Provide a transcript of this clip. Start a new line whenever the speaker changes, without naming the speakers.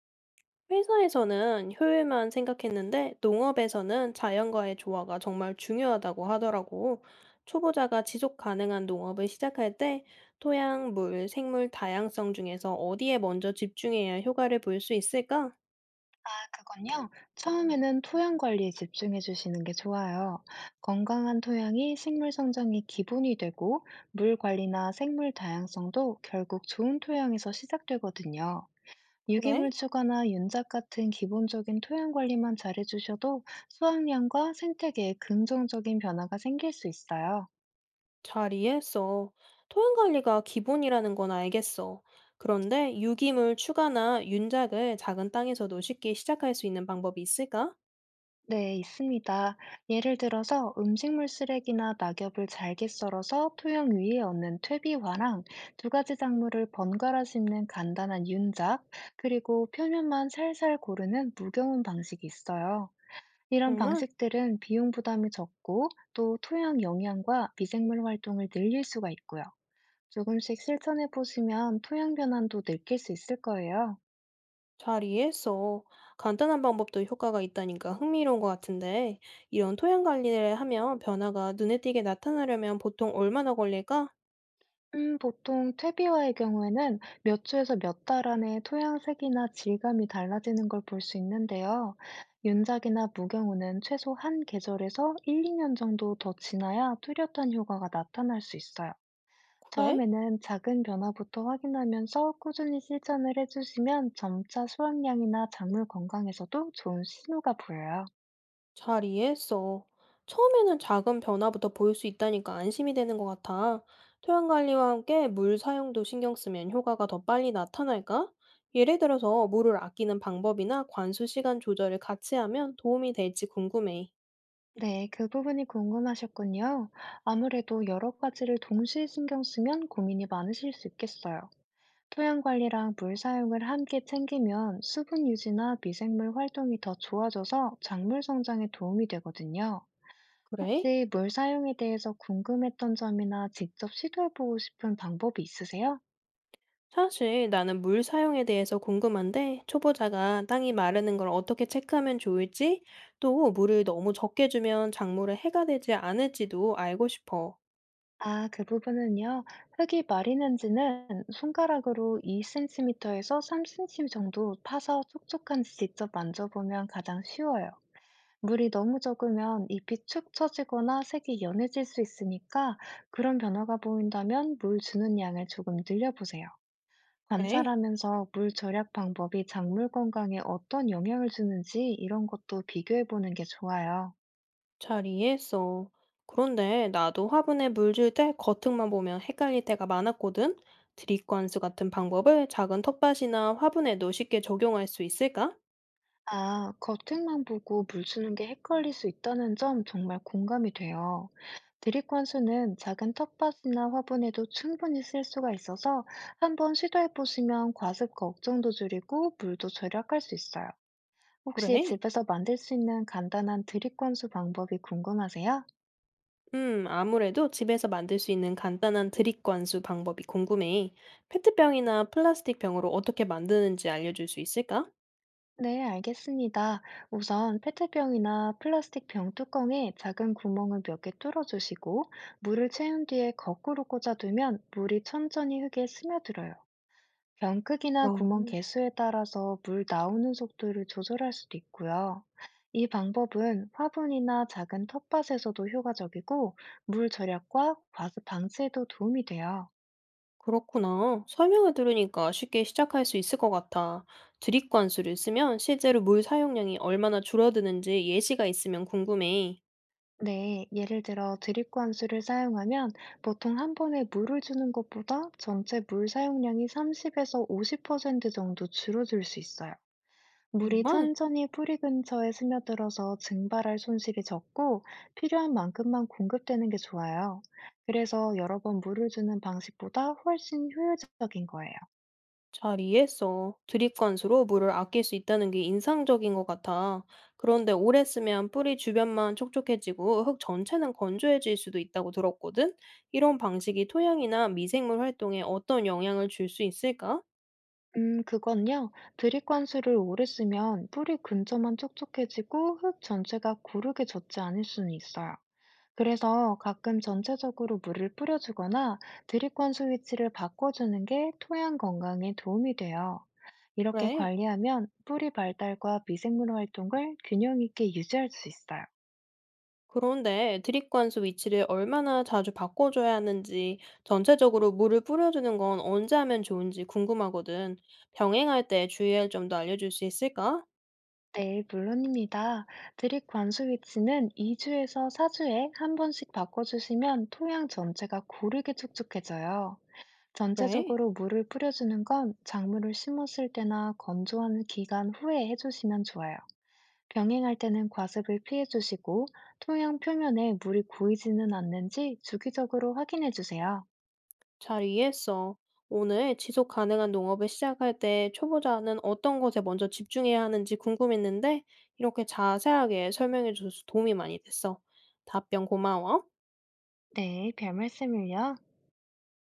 회사에서는 효율만 생각했는데 농업에서는 자연과의 조화가 정말 중요하다고 하더라고. 초보자가 지속 가능한 농업을 시작할 때 토양, 물, 생물 다양성 중에서 어디에 먼저 집중해야 효과를 볼 수 있을까?
아, 그건요. 처음에는 토양 관리에 집중해 주시는 게 좋아요. 건강한 토양이 식물 성장의 기본이 되고, 물 관리나 생물 다양성도 결국 좋은 토양에서 시작되거든요. 유기물
그래?
추가나 윤작 같은 기본적인 토양 관리만 잘해주셔도 수확량과 생태계에 긍정적인 변화가 생길 수 있어요.
잘 이해했어. 토양 관리가 기본이라는 건 알겠어. 그런데 유기물 추가나 윤작을 작은 땅에서도 쉽게 시작할 수 있는 방법이 있을까?
네, 있습니다. 예를 들어서 음식물 쓰레기나 낙엽을 잘게 썰어서 토양 위에 얹는 퇴비화랑 두 가지 작물을 번갈아 심는 간단한 윤작, 그리고 표면만 살살 고르는 무경운 방식이 있어요. 이런
정말?
방식들은 비용 부담이 적고 또 토양 영양과 미생물 활동을 늘릴 수가 있고요. 조금씩 실천해 보시면 토양 변환도 느낄 수 있을 거예요.
잘 이해했어. 간단한 방법도 효과가 있다니까 흥미로운 것 같은데, 이런 토양 관리를 하면 변화가 눈에 띄게 나타나려면 보통 얼마나 걸릴까?
보통 퇴비와의 경우에는 몇 주에서 몇 달 안에 토양색이나 질감이 달라지는 걸 볼 수 있는데요. 윤작이나 무경우는 최소 한 계절에서 1, 2년 정도 더 지나야 뚜렷한 효과가 나타날 수 있어요.
그래?
처음에는 작은 변화부터 확인하면서 꾸준히 실천을 해주시면 점차 수확량이나 작물 건강에서도 좋은 신호가 보여요.
잘 이해했어. 처음에는 작은 변화부터 보일 수 있다니까 안심이 되는 것 같아. 토양 관리와 함께 물 사용도 신경 쓰면 효과가 더 빨리 나타날까? 예를 들어서 물을 아끼는 방법이나 관수 시간 조절을 같이 하면 도움이 될지 궁금해.
네, 그 부분이 궁금하셨군요. 아무래도 여러 가지를 동시에 신경 쓰면 고민이 많으실 수 있겠어요. 토양 관리랑 물 사용을 함께 챙기면 수분 유지나 미생물 활동이 더 좋아져서 작물 성장에 도움이 되거든요.
그래?
혹시 물 사용에 대해서 궁금했던 점이나 직접 시도해보고 싶은 방법이 있으세요?
사실 나는 물 사용에 대해서 궁금한데 초보자가 땅이 마르는 걸 어떻게 체크하면 좋을지, 또 물을 너무 적게 주면 작물에 해가 되지 않을지도 알고 싶어.
아, 그 부분은요. 흙이 마리는지는 손가락으로 2cm에서 3cm 정도 파서 촉촉한지 직접 만져보면 가장 쉬워요. 물이 너무 적으면 잎이 축 처지거나 색이 연해질 수 있으니까 그런 변화가 보인다면 물 주는 양을 조금 늘려보세요.
네,
관찰하면서 물 절약 방법이 작물 건강에 어떤 영향을 주는지 이런 것도 비교해 보는 게 좋아요.
잘 이해했어. 그런데 나도 화분에 물 줄 때 겉흙만 보면 헷갈릴 때가 많았거든. 드립 관수 같은 방법을 작은 텃밭이나 화분에도 쉽게 적용할 수 있을까?
아, 겉흙만 보고 물 주는 게 헷갈릴 수 있다는 점 정말 공감이 돼요. 드립 관수는 작은 텃밭이나 화분에도 충분히 쓸 수가 있어서 한번 시도해 보시면 과습 걱정도 줄이고 물도 절약할 수 있어요. 혹시
그래.
집에서 만들 수 있는 간단한 드립 관수 방법이 궁금하세요?
아무래도 집에서 만들 수 있는 간단한 드립 관수 방법이 궁금해. 페트병이나 플라스틱 병으로 어떻게 만드는지 알려줄 수 있을까?
네, 알겠습니다. 우선 페트병이나 플라스틱 병 뚜껑에 작은 구멍을 몇 개 뚫어주시고, 물을 채운 뒤에 거꾸로 꽂아두면 물이 천천히 흙에 스며들어요. 병 크기나
아,
구멍 개수에 따라서 물 나오는 속도를 조절할 수도 있고요. 이 방법은 화분이나 작은 텃밭에서도 효과적이고, 물 절약과 과습 방치에도 도움이 돼요.
그렇구나. 설명을 들으니까 쉽게 시작할 수 있을 것 같아. 드립 관수를 쓰면 실제로 물 사용량이 얼마나 줄어드는지 예시가 있으면 궁금해.
네, 예를 들어 드립 관수를 사용하면 보통 한 번에 물을 주는 것보다 전체 물 사용량이 30에서 50% 정도 줄어들 수 있어요. 물이
정말?
천천히 뿌리 근처에 스며들어서 증발할 손실이 적고 필요한 만큼만 공급되는 게 좋아요. 그래서 여러 번 물을 주는 방식보다 훨씬 효율적인 거예요.
잘 이해했어. 드립 관수로 물을 아낄 수 있다는 게 인상적인 것 같아. 그런데 오래 쓰면 뿌리 주변만 촉촉해지고 흙 전체는 건조해질 수도 있다고 들었거든? 이런 방식이 토양이나 미생물 활동에 어떤 영향을 줄 수 있을까?
그건요. 드립 관수를 오래 쓰면 뿌리 근처만 촉촉해지고 흙 전체가 고르게 젖지 않을 수는 있어요. 그래서 가끔 전체적으로 물을 뿌려주거나 드립 관수 위치를 바꿔주는 게 토양 건강에 도움이 돼요. 이렇게
그래.
관리하면 뿌리 발달과 미생물 활동을 균형 있게 유지할 수 있어요.
그런데 드립 관수 위치를 얼마나 자주 바꿔줘야 하는지, 전체적으로 물을 뿌려주는 건 언제 하면 좋은지 궁금하거든. 병행할 때 주의할 점도 알려줄 수 있을까?
네, 물론입니다. 드립 관수 위치는 2주에서 4주에 한 번씩 바꿔주시면 토양 전체가 고르게 촉촉해져요.
그래.
전체적으로 물을 뿌려주는 건 작물을 심었을 때나 건조하는 기간 후에 해주시면 좋아요. 병행할 때는 과습을 피해주시고 토양 표면에 물이 고이지는 않는지 주기적으로 확인해주세요.
잘 이해했어. 오늘 지속 가능한 농업을 시작할 때 초보자는 어떤 것에 먼저 집중해야 하는지 궁금했는데, 이렇게 자세하게 설명해줘서 도움이 많이 됐어. 답변 고마워.
네, 별 말씀을요.